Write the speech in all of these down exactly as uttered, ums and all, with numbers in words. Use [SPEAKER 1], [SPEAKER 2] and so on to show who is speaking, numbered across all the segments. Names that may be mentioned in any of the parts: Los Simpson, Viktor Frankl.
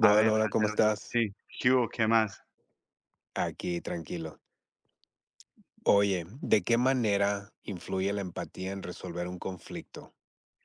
[SPEAKER 1] A ver,
[SPEAKER 2] hola, ¿cómo
[SPEAKER 1] parcero,
[SPEAKER 2] estás?
[SPEAKER 1] sí, ¿qué hubo? ¿Qué más?
[SPEAKER 2] Aquí, tranquilo. Oye, ¿de qué manera influye la empatía en resolver un conflicto,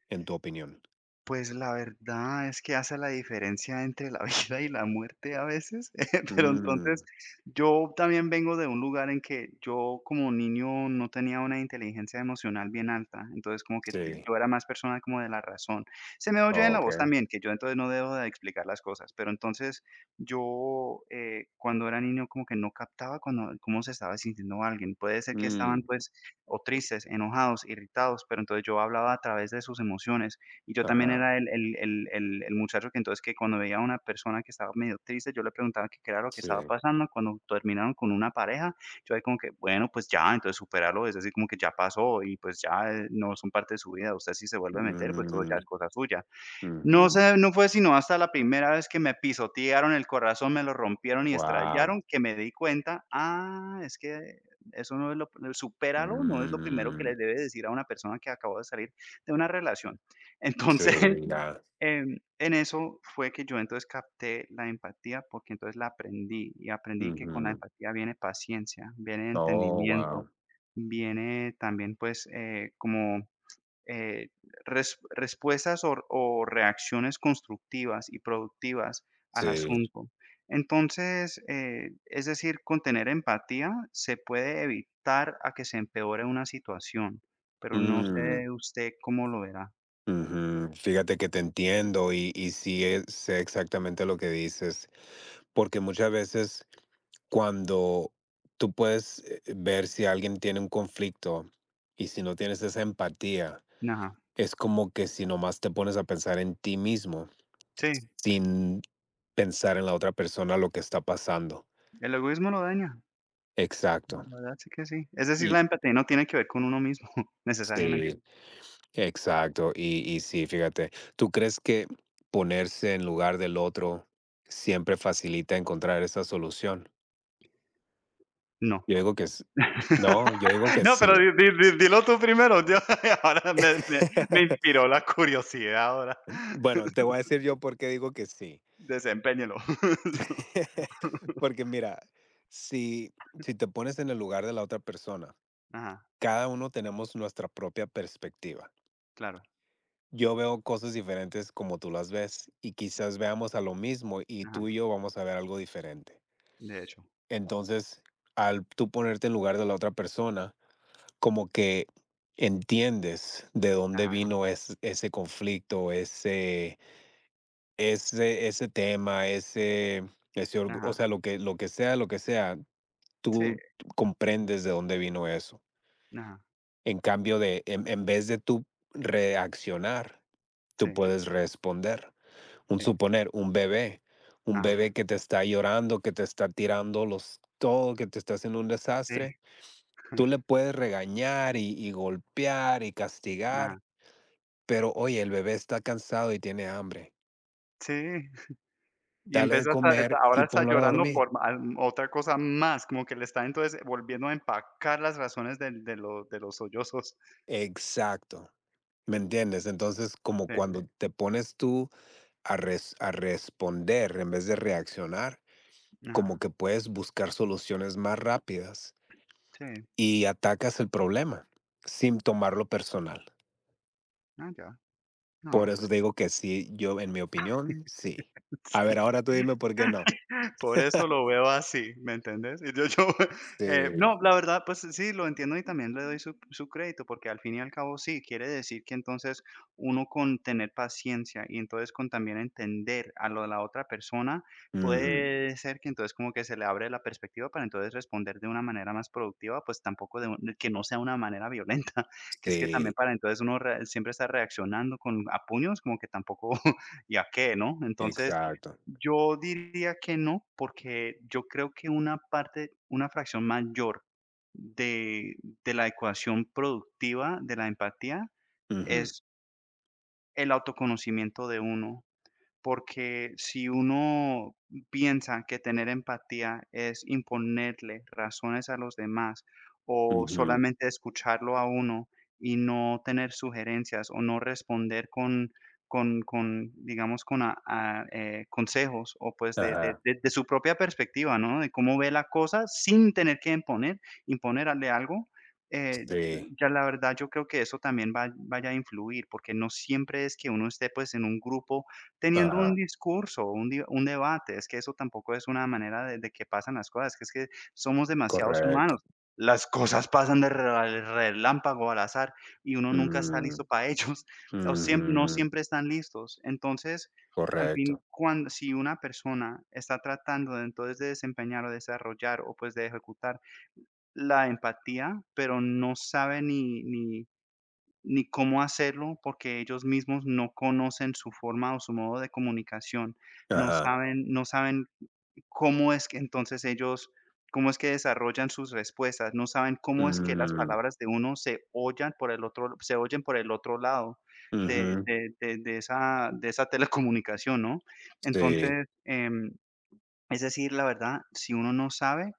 [SPEAKER 2] en tu opinión?
[SPEAKER 1] Pues la verdad es que hace la diferencia entre la vida y la muerte a veces, pero
[SPEAKER 2] Mm,
[SPEAKER 1] entonces yo también vengo de un lugar en que yo como niño no tenía una inteligencia emocional bien alta, entonces como que
[SPEAKER 2] sí,
[SPEAKER 1] yo era más persona como de la razón. Se me oye en la voz
[SPEAKER 2] ok.
[SPEAKER 1] también, que yo entonces no debo de explicar las cosas, pero entonces yo eh, cuando era niño como que no captaba cuando, cómo se estaba sintiendo alguien. Puede ser que estaban
[SPEAKER 2] Mm,
[SPEAKER 1] pues o tristes, enojados, irritados, pero entonces yo hablaba a través de sus emociones y yo también
[SPEAKER 2] ajá,
[SPEAKER 1] era el el el el el muchacho que entonces que cuando veía a una persona que estaba medio triste, yo le preguntaba qué era lo que
[SPEAKER 2] sí.
[SPEAKER 1] estaba pasando. Cuando terminaron con una pareja, yo ahí como que, bueno, pues ya, entonces superarlo, es decir, como que ya pasó y pues ya, eh, no son parte de su vida. Usted si se vuelve a meter, pues todo ya es
[SPEAKER 2] Mm,
[SPEAKER 1] cosa suya. No
[SPEAKER 2] ujú,
[SPEAKER 1] sé, no fue sino hasta la primera vez que me pisotearon el corazón, me lo rompieron y
[SPEAKER 2] wow.
[SPEAKER 1] estrellaron, que me di cuenta, ah, es que eso no es lo supéralo, no es lo primero que
[SPEAKER 2] Mm,
[SPEAKER 1] le debe decir a una persona que acabó de salir de una relación.
[SPEAKER 2] sí,
[SPEAKER 1] Entonces,
[SPEAKER 2] ya.
[SPEAKER 1] em, en eso fue que yo entonces capté la empatía, porque entonces la aprendí y aprendí que con la
[SPEAKER 2] Ujú,
[SPEAKER 1] empatía viene paciencia, viene
[SPEAKER 2] oh,
[SPEAKER 1] entendimiento,
[SPEAKER 2] wow.
[SPEAKER 1] viene también, pues, eh, como eh, res- respuestas o, o reacciones constructivas y productivas al
[SPEAKER 2] Sí.
[SPEAKER 1] asunto. Entonces, eh, es decir, con tener empatía se puede evitar a que se empeore una situación, pero no
[SPEAKER 2] Mm,
[SPEAKER 1] sé usted cómo lo verá.
[SPEAKER 2] ujú, fíjate que te entiendo y, y sí, eh, sé exactamente lo que dices, porque muchas veces cuando tú puedes eh, eh, ver si alguien tiene un conflicto y si no tienes esa empatía,
[SPEAKER 1] Nada.
[SPEAKER 2] es como que si nomás te pones a pensar en ti mismo
[SPEAKER 1] Sí,
[SPEAKER 2] sin pensar en la otra persona lo que está pasando.
[SPEAKER 1] el egoísmo lo daña.
[SPEAKER 2] Exacto.
[SPEAKER 1] La verdad sí que sí. Es decir,
[SPEAKER 2] Y
[SPEAKER 1] la empatía no tiene que ver con uno mismo, necesariamente.
[SPEAKER 2] sí, exacto. Y, y sí, fíjate, ¿tú crees que ponerse en lugar del otro siempre facilita encontrar esa solución?
[SPEAKER 1] No.
[SPEAKER 2] Yo digo que s- no, yo digo que
[SPEAKER 1] No, pero di
[SPEAKER 2] sí.
[SPEAKER 1] di di dilo tú primero, yo ahora me me me inspiró la curiosidad ahora.
[SPEAKER 2] Bueno, te voy a decir yo por qué digo que sí.
[SPEAKER 1] Desempeñelo.
[SPEAKER 2] Porque mira, si, si te pones en el lugar de la otra persona,
[SPEAKER 1] Ajá,
[SPEAKER 2] cada uno tenemos nuestra propia perspectiva.
[SPEAKER 1] claro,
[SPEAKER 2] Yo veo cosas diferentes como tú las ves y quizás veamos a lo mismo y
[SPEAKER 1] ajá,
[SPEAKER 2] tú y yo vamos a ver algo diferente.
[SPEAKER 1] de hecho,
[SPEAKER 2] Entonces, al tú ponerte en lugar de la otra persona, como que entiendes de dónde
[SPEAKER 1] ajá,
[SPEAKER 2] vino es- ese conflicto, ese, ese, ese tema, ese, ese orgu- o
[SPEAKER 1] ajá,
[SPEAKER 2] sea, lo que, lo que sea, lo que sea,
[SPEAKER 1] sí,
[SPEAKER 2] tú comprendes de dónde vino eso.
[SPEAKER 1] ajá,
[SPEAKER 2] En cambio de, en, en vez de tú reaccionar, tú
[SPEAKER 1] sí,
[SPEAKER 2] puedes responder. Un
[SPEAKER 1] sí,
[SPEAKER 2] suponer, un bebé, un
[SPEAKER 1] ajá,
[SPEAKER 2] bebé que te está llorando, que te está tirando los todo, que te está haciendo un
[SPEAKER 1] sí,
[SPEAKER 2] desastre, tú le puedes regañar y, y golpear y castigar,
[SPEAKER 1] ajá,
[SPEAKER 2] pero oye, el bebé está cansado y tiene hambre.
[SPEAKER 1] sí. Y en
[SPEAKER 2] Dale
[SPEAKER 1] vez
[SPEAKER 2] de
[SPEAKER 1] hasta
[SPEAKER 2] comer
[SPEAKER 1] ahora
[SPEAKER 2] y
[SPEAKER 1] está
[SPEAKER 2] ponlo a
[SPEAKER 1] llorando
[SPEAKER 2] dormir.
[SPEAKER 1] por ma al- otra cosa más, como que le está entonces volviendo a empacar las razones del de los de los sollozos.
[SPEAKER 2] Exacto. ¿Me entiendes? Entonces, como
[SPEAKER 1] Sí,
[SPEAKER 2] cuando te pones tú a, res- a responder en vez de reaccionar,
[SPEAKER 1] ajá,
[SPEAKER 2] como que puedes buscar soluciones más rápidas
[SPEAKER 1] sí,
[SPEAKER 2] y atacas el problema sin tomarlo personal.
[SPEAKER 1] ah, ya,
[SPEAKER 2] Por
[SPEAKER 1] no,
[SPEAKER 2] eso
[SPEAKER 1] pues
[SPEAKER 2] te digo que sí, yo en mi opinión, sí. A ver,
[SPEAKER 1] sí.
[SPEAKER 2] ahora tú dime por qué no.
[SPEAKER 1] Por eso lo veo así, ¿me entendés? Y yo yo, eh,
[SPEAKER 2] Sí.
[SPEAKER 1] no, la verdad, pues sí, lo entiendo y también le doy su su crédito, porque al fin y al cabo sí, quiere decir que entonces uno con tener paciencia y entonces con también entender a lo de la otra persona,
[SPEAKER 2] Ujú,
[SPEAKER 1] puede ser que entonces como que se le abre la perspectiva para entonces responder de una manera más productiva, pues tampoco de un que no sea una manera violenta, que es que también
[SPEAKER 2] sí,
[SPEAKER 1] para entonces uno re siempre está reaccionando con a puños, como que tampoco, ¿y a qué, no? Entonces,
[SPEAKER 2] exacto.
[SPEAKER 1] yo diría que no, porque yo creo que una parte, una fracción mayor de de la ecuación productiva de la empatía
[SPEAKER 2] Ujú,
[SPEAKER 1] es el autoconocimiento de uno porque si uno piensa que tener empatía es imponerle razones a los demás o
[SPEAKER 2] ujú,
[SPEAKER 1] solamente escucharlo a uno y no tener sugerencias o no responder con con con, digamos, con a a, eh, consejos o, pues, de de
[SPEAKER 2] ajá.
[SPEAKER 1] de de su propia perspectiva, ¿no? De cómo ve la cosa sin tener que imponer imponerle algo, eh,
[SPEAKER 2] Sí.
[SPEAKER 1] ya la verdad yo creo que eso también va vaya a influir, porque no siempre es que uno esté, pues, en un grupo teniendo un
[SPEAKER 2] Ajá.
[SPEAKER 1] discurso, un di un debate, es que eso tampoco es una manera de de que pasan las cosas, que es que somos demasiados humanos.
[SPEAKER 2] Correcto.
[SPEAKER 1] Las cosas pasan de re relámpago, al azar, y uno nunca está
[SPEAKER 2] Mm, ujú,
[SPEAKER 1] listo para ellos, o siempre no
[SPEAKER 2] ujú.
[SPEAKER 1] siempre están listos. Entonces, al fin,
[SPEAKER 2] Correcto.
[SPEAKER 1] cuando si una persona está tratando de, entonces, de desempeñar o desarrollar, o, pues, de ejecutar la empatía, pero no sabe ni ni ni cómo hacerlo, porque ellos mismos no conocen su forma o su modo de comunicación. No
[SPEAKER 2] Ajá.
[SPEAKER 1] saben no saben cómo es que entonces ellos cómo es que desarrollan sus respuestas, no saben cómo es que las
[SPEAKER 2] Mm,
[SPEAKER 1] palabras de uno se oyen por el otro se oyen por el otro lado de
[SPEAKER 2] ujú,
[SPEAKER 1] de de de esa de esa telecomunicación, ¿no?
[SPEAKER 2] sí.
[SPEAKER 1] Entonces, em, es decir, la verdad, si uno no sabe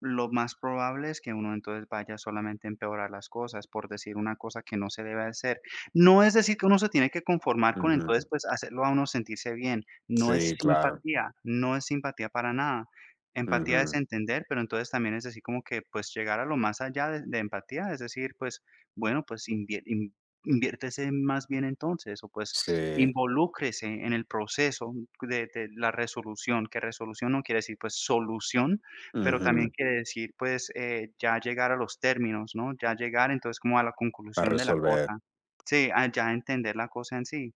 [SPEAKER 1] lo más probable es que uno entonces vaya solamente a empeorar las cosas por decir una cosa que no se debe hacer. No es decir que uno se tiene que conformar con
[SPEAKER 2] Ujú.
[SPEAKER 1] entonces, pues, hacerlo a uno sentirse bien. No es
[SPEAKER 2] Sí, claro.
[SPEAKER 1] simpatía, no es simpatía para nada. Empatía es
[SPEAKER 2] Ujú.
[SPEAKER 1] entender, pero entonces también es decir como que, pues, llegar a lo más allá de de empatía, es decir, pues, bueno, pues, invie in inviértese más bien entonces, o pues,
[SPEAKER 2] Sí.
[SPEAKER 1] involúcrese en el proceso de de la resolución, que resolución no quiere decir, pues, solución, pero también
[SPEAKER 2] Ujú.
[SPEAKER 1] quiere decir, pues, eh, ya llegar a los términos, ¿no? Ya llegar entonces como a la
[SPEAKER 2] A
[SPEAKER 1] conclusión de la
[SPEAKER 2] resolver.
[SPEAKER 1] cosa. Sí, a ya entender la cosa en sí.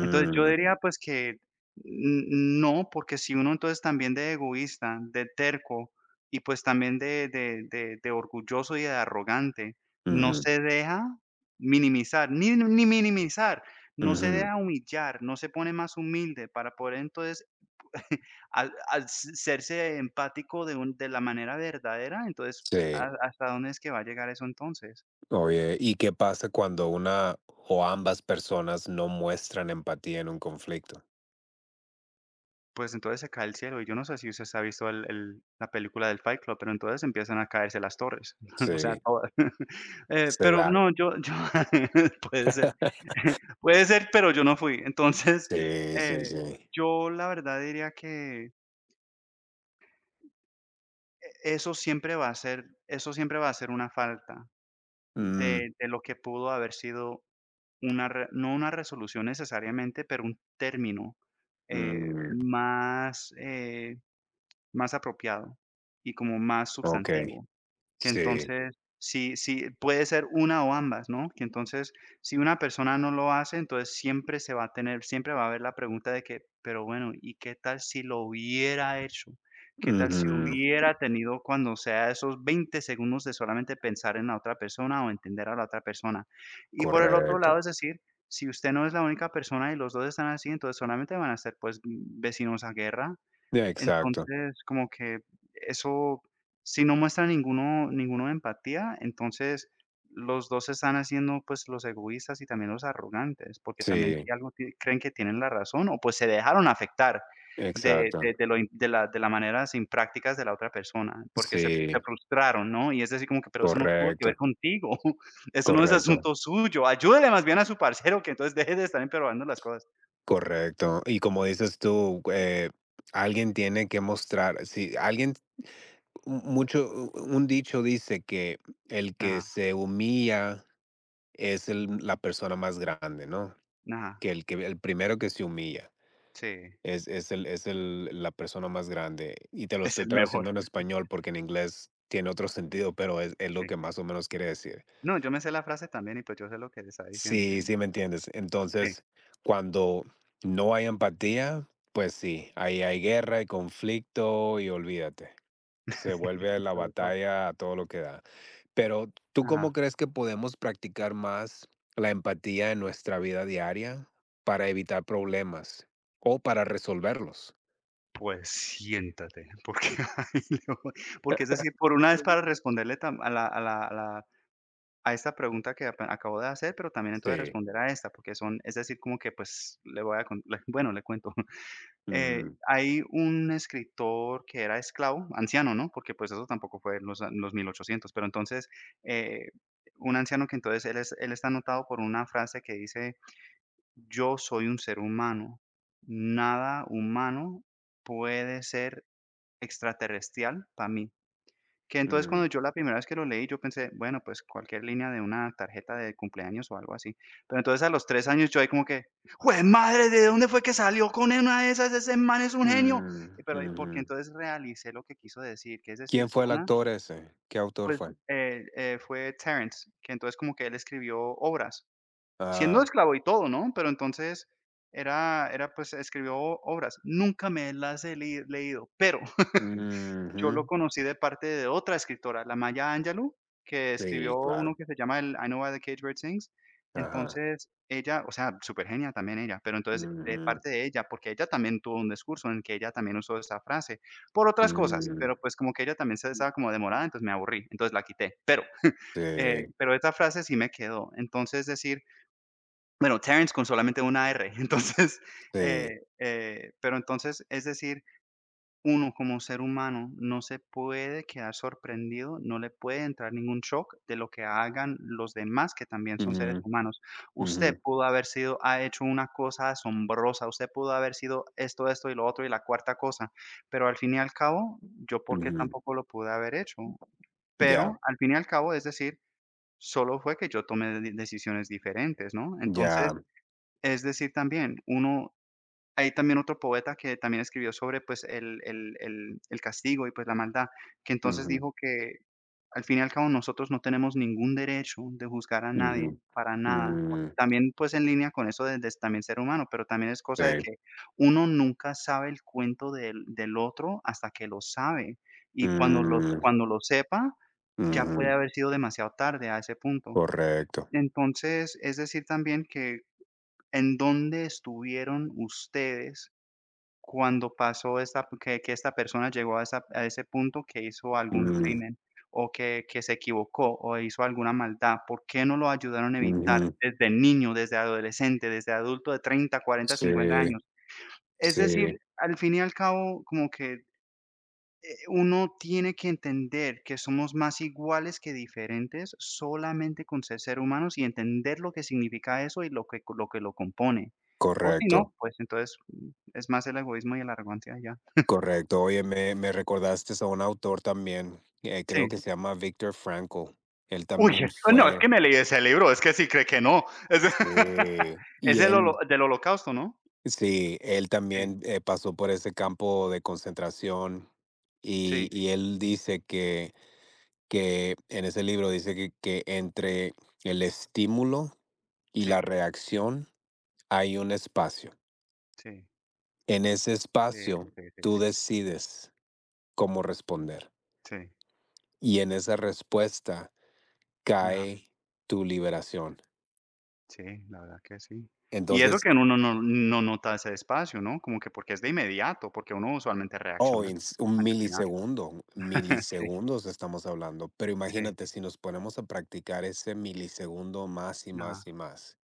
[SPEAKER 1] Entonces, yo diría, pues, que n no, porque si uno entonces también de egoísta, de terco y, pues, también de de de de orgulloso y de arrogante, no
[SPEAKER 2] ujú,
[SPEAKER 1] se deja minimizar, ni ni minimizar, no se
[SPEAKER 2] ujú.
[SPEAKER 1] deja humillar, no se pone más humilde para poder entonces Al al s serse empático de un de la manera verdadera, entonces,
[SPEAKER 2] Sí.
[SPEAKER 1] ¿ha hasta dónde es que va a llegar eso entonces?
[SPEAKER 2] Oye, ¿y qué pasa cuando una o ambas personas no muestran empatía en un conflicto?
[SPEAKER 1] Pues entonces se cae el cielo, y yo no sé si usted se ha visto el el la película del Fight Club, pero entonces empiezan a caerse las torres, o sea,
[SPEAKER 2] Sí,
[SPEAKER 1] todas. Eh,
[SPEAKER 2] se
[SPEAKER 1] pero
[SPEAKER 2] da.
[SPEAKER 1] no, yo yo puede ser, puede ser, pero yo no fui. Entonces,
[SPEAKER 2] Sí, sí,
[SPEAKER 1] eh,
[SPEAKER 2] sí.
[SPEAKER 1] yo la verdad diría que eso siempre va a ser eso siempre va a ser una falta
[SPEAKER 2] Mm,
[SPEAKER 1] de de lo que pudo haber sido una re no una resolución necesariamente, pero un término, eh,
[SPEAKER 2] mm,
[SPEAKER 1] más, eh, más apropiado y como más
[SPEAKER 2] okey.
[SPEAKER 1] sustantivo, que
[SPEAKER 2] Sí.
[SPEAKER 1] entonces sí sí puede ser una o ambas, ¿no? Que entonces, si una persona no lo hace, entonces siempre se va a tener siempre va a haber la pregunta de que: "Pero bueno, ¿y qué tal si lo hubiera hecho? ¿Qué tal si
[SPEAKER 2] Ujú.
[SPEAKER 1] hubiera tenido cuando sea esos veinte segundos de solamente pensar en la otra persona o entender a la otra persona?". Y por el otro
[SPEAKER 2] Correcto.
[SPEAKER 1] lado, es decir, si usted no es la única persona y los dos están así, entonces solamente van a ser, pues, vecinos a guerra,
[SPEAKER 2] Ya, exacto.
[SPEAKER 1] entonces, como que eso, si no muestra ninguno ninguno de empatía, entonces los dos se están haciendo, pues, los egoístas y también los arrogantes, porque también si
[SPEAKER 2] Sí,
[SPEAKER 1] algo ti creen que tienen la razón o, pues, se dejaron afectar de de
[SPEAKER 2] exacto.
[SPEAKER 1] de lo in de la de la manera sin prácticas de la otra persona, porque se se
[SPEAKER 2] Sí,
[SPEAKER 1] frustraron, ¿no? Y es decir como que, pero eso no tuvo que ver
[SPEAKER 2] correcto,
[SPEAKER 1] contigo, eso no es
[SPEAKER 2] correcto.
[SPEAKER 1] asunto suyo, ayúdele más bien a su parcero que entonces deje de estar empeorando las cosas.
[SPEAKER 2] Correcto. Y como dices tú, eh, alguien tiene que mostrar, si alguien, un- mucho, u- un dicho dice que el que
[SPEAKER 1] Nada.
[SPEAKER 2] se humilla es el- la persona más grande, ¿no?
[SPEAKER 1] Nada.
[SPEAKER 2] Que el, que el primero que se humilla
[SPEAKER 1] Sí,
[SPEAKER 2] es, es, el, es el, la persona más grande. Y te lo
[SPEAKER 1] es
[SPEAKER 2] estoy
[SPEAKER 1] el mejor,
[SPEAKER 2] traduciendo en español porque en inglés tiene otro sentido, pero es, es lo
[SPEAKER 1] sí.
[SPEAKER 2] que más o menos quiere decir.
[SPEAKER 1] No, yo me sé la frase también y pues yo sé lo que le está diciendo.
[SPEAKER 2] Sí, sí, me entiendes.
[SPEAKER 1] Sí,
[SPEAKER 2] Entonces, cuando no hay empatía, pues sí, ahí hay guerra y conflicto y olvídate. Se vuelve la
[SPEAKER 1] sobre todo.
[SPEAKER 2] batalla a todo lo que da. Pero, ¿tú cómo
[SPEAKER 1] Ajá.
[SPEAKER 2] crees que podemos practicar más la empatía en nuestra vida diaria para evitar problemas o para resolverlos?
[SPEAKER 1] Pues siéntate, porque ahí le voy porque es decir, por una vez para responderle tam a la a la a la a esta pregunta que ape acabo de hacer, pero también entonces
[SPEAKER 2] Sí.
[SPEAKER 1] responder a esta, porque son es decir, como que, pues, le voy a con le bueno, le cuento. Eh,
[SPEAKER 2] Mm,
[SPEAKER 1] hay un escritor que era esclavo, anciano, ¿no? Porque, pues, eso tampoco fue en los a los mil ochocientos, pero entonces, eh, un anciano que entonces él es él está anotado por una frase que dice: "Yo soy un ser humano. Nada humano puede ser extraterrestrial para mí". Que entonces
[SPEAKER 2] mm,
[SPEAKER 1] cuando yo la primera vez que lo leí, yo pensé, bueno, pues cualquier línea de una tarjeta de cumpleaños o algo así. Pero entonces a los tres años yo ahí como que, ¡jue madre! ¿De dónde fue que salió con una de esas? Ese man es un genio.
[SPEAKER 2] mm,
[SPEAKER 1] Y pero ahí porque
[SPEAKER 2] ujú.
[SPEAKER 1] entonces realicé lo que quiso decir, que es decir,
[SPEAKER 2] ¿Quién
[SPEAKER 1] por
[SPEAKER 2] fue el
[SPEAKER 1] una,
[SPEAKER 2] actor ese? ¿Qué autor
[SPEAKER 1] pues,
[SPEAKER 2] fue?
[SPEAKER 1] eh, eh, fue Terence, que entonces como que él escribió obras. Siendo
[SPEAKER 2] Ah,
[SPEAKER 1] esclavo y todo, ¿no? Pero entonces era era, pues, escribió obras. Nunca me las he leí leído, pero yo lo
[SPEAKER 2] ujú.
[SPEAKER 1] conocí de parte de otra escritora, la Maya Angelou, que escribió
[SPEAKER 2] Sí,
[SPEAKER 1] uno
[SPEAKER 2] claro.
[SPEAKER 1] que se llama el I Know Why the Cage Bird Sings.
[SPEAKER 2] Ajá.
[SPEAKER 1] Entonces, ella, o sea, súper genia también ella, pero entonces de
[SPEAKER 2] Mm,
[SPEAKER 1] parte de ella, porque ella también tuvo un discurso en que ella también usó esa frase por otras cosas,
[SPEAKER 2] mm,
[SPEAKER 1] pero, pues, como que ella también se estaba como demorada, entonces me aburrí, entonces la quité. Eh,
[SPEAKER 2] sí,
[SPEAKER 1] pero esa frase sí me quedó. Entonces, decir, bueno, Terence con solamente una R, entonces, eh,
[SPEAKER 2] sí.
[SPEAKER 1] eh, pero entonces, es decir, uno como ser humano no se puede quedar sorprendido, no le puede entrar ningún shock de lo que hagan los demás, que también son
[SPEAKER 2] Ujú,
[SPEAKER 1] seres humanos. Usted
[SPEAKER 2] ujú,
[SPEAKER 1] pudo haber sido ha hecho una cosa asombrosa, usted pudo haber sido esto, esto y lo otro y la cuarta cosa, pero al fin y al cabo, yo porque
[SPEAKER 2] ujú.
[SPEAKER 1] tampoco lo pude haber hecho,
[SPEAKER 2] Ya,
[SPEAKER 1] pero al fin y al cabo, es decir, solo fue que yo tomé de decisiones diferentes, ¿no? Entonces
[SPEAKER 2] ya.
[SPEAKER 1] es decir, también uno hay también otro poeta que también escribió sobre, pues, el el el el castigo y, pues, la maldad, que entonces
[SPEAKER 2] Ujú,
[SPEAKER 1] dijo que, al fin y al cabo, nosotros no tenemos ningún derecho de juzgar a nadie,
[SPEAKER 2] ujú.
[SPEAKER 1] para nada, porque
[SPEAKER 2] Mm,
[SPEAKER 1] también, pues, en línea con eso de de también ser humano, pero también es
[SPEAKER 2] sí.
[SPEAKER 1] cosa de que uno nunca sabe el cuento del del otro hasta que lo sabe, y cuando los
[SPEAKER 2] Mm,
[SPEAKER 1] cuando lo sepa, ya puede
[SPEAKER 2] ujú.
[SPEAKER 1] haber sido demasiado tarde a ese punto.
[SPEAKER 2] Correcto.
[SPEAKER 1] Entonces, es decir también que, ¿en dónde estuvieron ustedes cuando pasó esta que que esta persona llegó a esa a ese punto que hizo algún
[SPEAKER 2] Mm,
[SPEAKER 1] crimen, o que que se equivocó, o hizo alguna maldad? ¿Por qué no lo ayudaron a evitar
[SPEAKER 2] ujú.
[SPEAKER 1] desde niño, desde adolescente, desde adulto de treinta, cuarenta, cincuenta
[SPEAKER 2] Sí,
[SPEAKER 1] años? Es decir,
[SPEAKER 2] sí.
[SPEAKER 1] al fin y al cabo, como que uno tiene que entender que somos más iguales que diferentes solamente con ser ser humanos y entender lo que significa eso y lo que lo que lo compone. O si
[SPEAKER 2] Correcto,
[SPEAKER 1] no, pues entonces, mm, es más el egoísmo y la arrogancia y ya.
[SPEAKER 2] correcto. Oye, me, me recordaste a un autor también, eh, creo
[SPEAKER 1] Sí.
[SPEAKER 2] que se llama Viktor Frankl. Él
[SPEAKER 1] Uy, es
[SPEAKER 2] también
[SPEAKER 1] no, es
[SPEAKER 2] fue,
[SPEAKER 1] que me leí ese libro, es que sí cree que no. Es.
[SPEAKER 2] sí,
[SPEAKER 1] Es
[SPEAKER 2] y
[SPEAKER 1] del holo
[SPEAKER 2] él
[SPEAKER 1] del Holocausto, ¿no?
[SPEAKER 2] sí, él
[SPEAKER 1] Sí,
[SPEAKER 2] también, eh, pasó por ese campo de concentración, y
[SPEAKER 1] sí,
[SPEAKER 2] y él dice que que en ese libro dice que que entre el estímulo y
[SPEAKER 1] sí,
[SPEAKER 2] la reacción hay un espacio.
[SPEAKER 1] sí,
[SPEAKER 2] En ese
[SPEAKER 1] sí,
[SPEAKER 2] espacio,
[SPEAKER 1] sí, sí, sí,
[SPEAKER 2] tú decides cómo responder,
[SPEAKER 1] sí.
[SPEAKER 2] y en esa respuesta
[SPEAKER 1] No.
[SPEAKER 2] cae tu liberación.
[SPEAKER 1] Sí, la verdad que sí. Y eso
[SPEAKER 2] Entonces,
[SPEAKER 1] que uno no no nota ese espacio, ¿no? Como que porque es de inmediato, porque uno usualmente
[SPEAKER 2] oh,
[SPEAKER 1] reacciona
[SPEAKER 2] en s un
[SPEAKER 1] antes que nada.
[SPEAKER 2] milisegundo, milisegundos estamos hablando, pero
[SPEAKER 1] Sí,
[SPEAKER 2] imagínate si nos ponemos a practicar ese milisegundo más y
[SPEAKER 1] ajá,
[SPEAKER 2] más y más,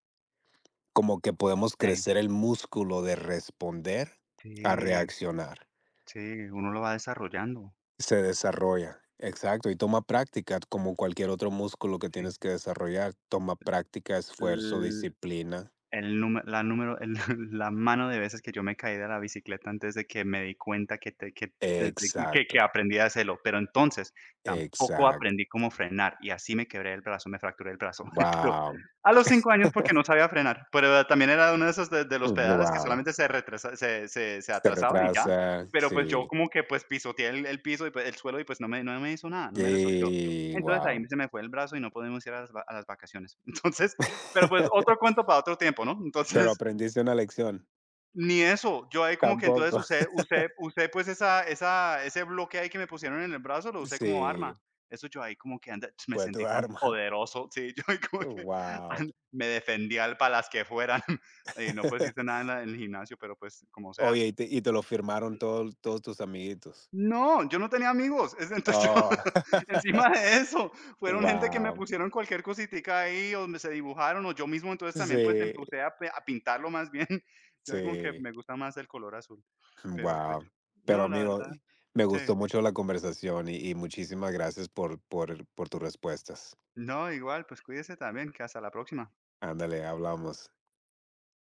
[SPEAKER 2] como que podemos
[SPEAKER 1] ey,
[SPEAKER 2] crecer el músculo de responder a
[SPEAKER 1] sí,
[SPEAKER 2] reaccionar,
[SPEAKER 1] sí, uno lo va desarrollando,
[SPEAKER 2] se desarrolla, exacto, y toma práctica, como cualquier otro músculo que
[SPEAKER 1] sí.
[SPEAKER 2] tienes que desarrollar, toma práctica, esfuerzo, disciplina,
[SPEAKER 1] El número la número el La mano de veces que yo me caí de la bicicleta antes de que me di cuenta que te que te que que
[SPEAKER 2] exacto,
[SPEAKER 1] aprendí a hacerlo, pero entonces tampoco
[SPEAKER 2] exacto,
[SPEAKER 1] aprendí cómo frenar y así me quebré el brazo, me fracturé el brazo, pero
[SPEAKER 2] wow,
[SPEAKER 1] a los cinco años porque no sabía frenar, pero también era uno de esos de de los pedales que
[SPEAKER 2] wow.
[SPEAKER 1] solamente se retrasa se se se
[SPEAKER 2] Se
[SPEAKER 1] atrasaban y ya,
[SPEAKER 2] retrasa,
[SPEAKER 1] pero pues yo
[SPEAKER 2] sí.
[SPEAKER 1] como que pues pisoteé el el piso y pues el suelo y pues no me no me hizo nada, no me resolvió.
[SPEAKER 2] Y
[SPEAKER 1] Entonces ahí
[SPEAKER 2] wow.
[SPEAKER 1] se me fue el brazo y no pudimos ir a las va a las vacaciones. Entonces, pero pues otro cuento para otro tiempo, ¿no?
[SPEAKER 2] Pero
[SPEAKER 1] Entonces,
[SPEAKER 2] aprendiste una lección.
[SPEAKER 1] ni eso, yo ahí como que entonces
[SPEAKER 2] Tampoco.
[SPEAKER 1] usé usé usé pues esa esa ese bloque ahí que me pusieron en el brazo, lo usé como
[SPEAKER 2] Sí,
[SPEAKER 1] arma. Eso yo ahí como que anda me
[SPEAKER 2] fue
[SPEAKER 1] sentí
[SPEAKER 2] tu
[SPEAKER 1] tan
[SPEAKER 2] arma.
[SPEAKER 1] poderoso, sí, yo ahí como que
[SPEAKER 2] Wow.
[SPEAKER 1] an me defendía al para las que fueran. Y no, pues hice nada en la en el gimnasio, pero pues como sea.
[SPEAKER 2] Oye, y te y te lo firmaron todos todos tus amiguitos.
[SPEAKER 1] No, yo no tenía amigos, es entonces yo
[SPEAKER 2] Oh.
[SPEAKER 1] encima de eso, fueron gente que me
[SPEAKER 2] Guau.
[SPEAKER 1] pusieron cualquier cositica ahí, o me se dibujaron, o yo mismo entonces también, pues,
[SPEAKER 2] Sí,
[SPEAKER 1] empecé a pe a pintarlo más bien. Yo ahí como que
[SPEAKER 2] sí.
[SPEAKER 1] me gusta más el color azul, pero, pues,
[SPEAKER 2] Wow. Pero,
[SPEAKER 1] no, la
[SPEAKER 2] amigo,
[SPEAKER 1] verdad,
[SPEAKER 2] me
[SPEAKER 1] sí.
[SPEAKER 2] gustó mucho la conversación y y muchísimas gracias por por por tus respuestas.
[SPEAKER 1] No, igual, pues, cuídese también, que hasta la próxima.
[SPEAKER 2] Ándale, hablamos.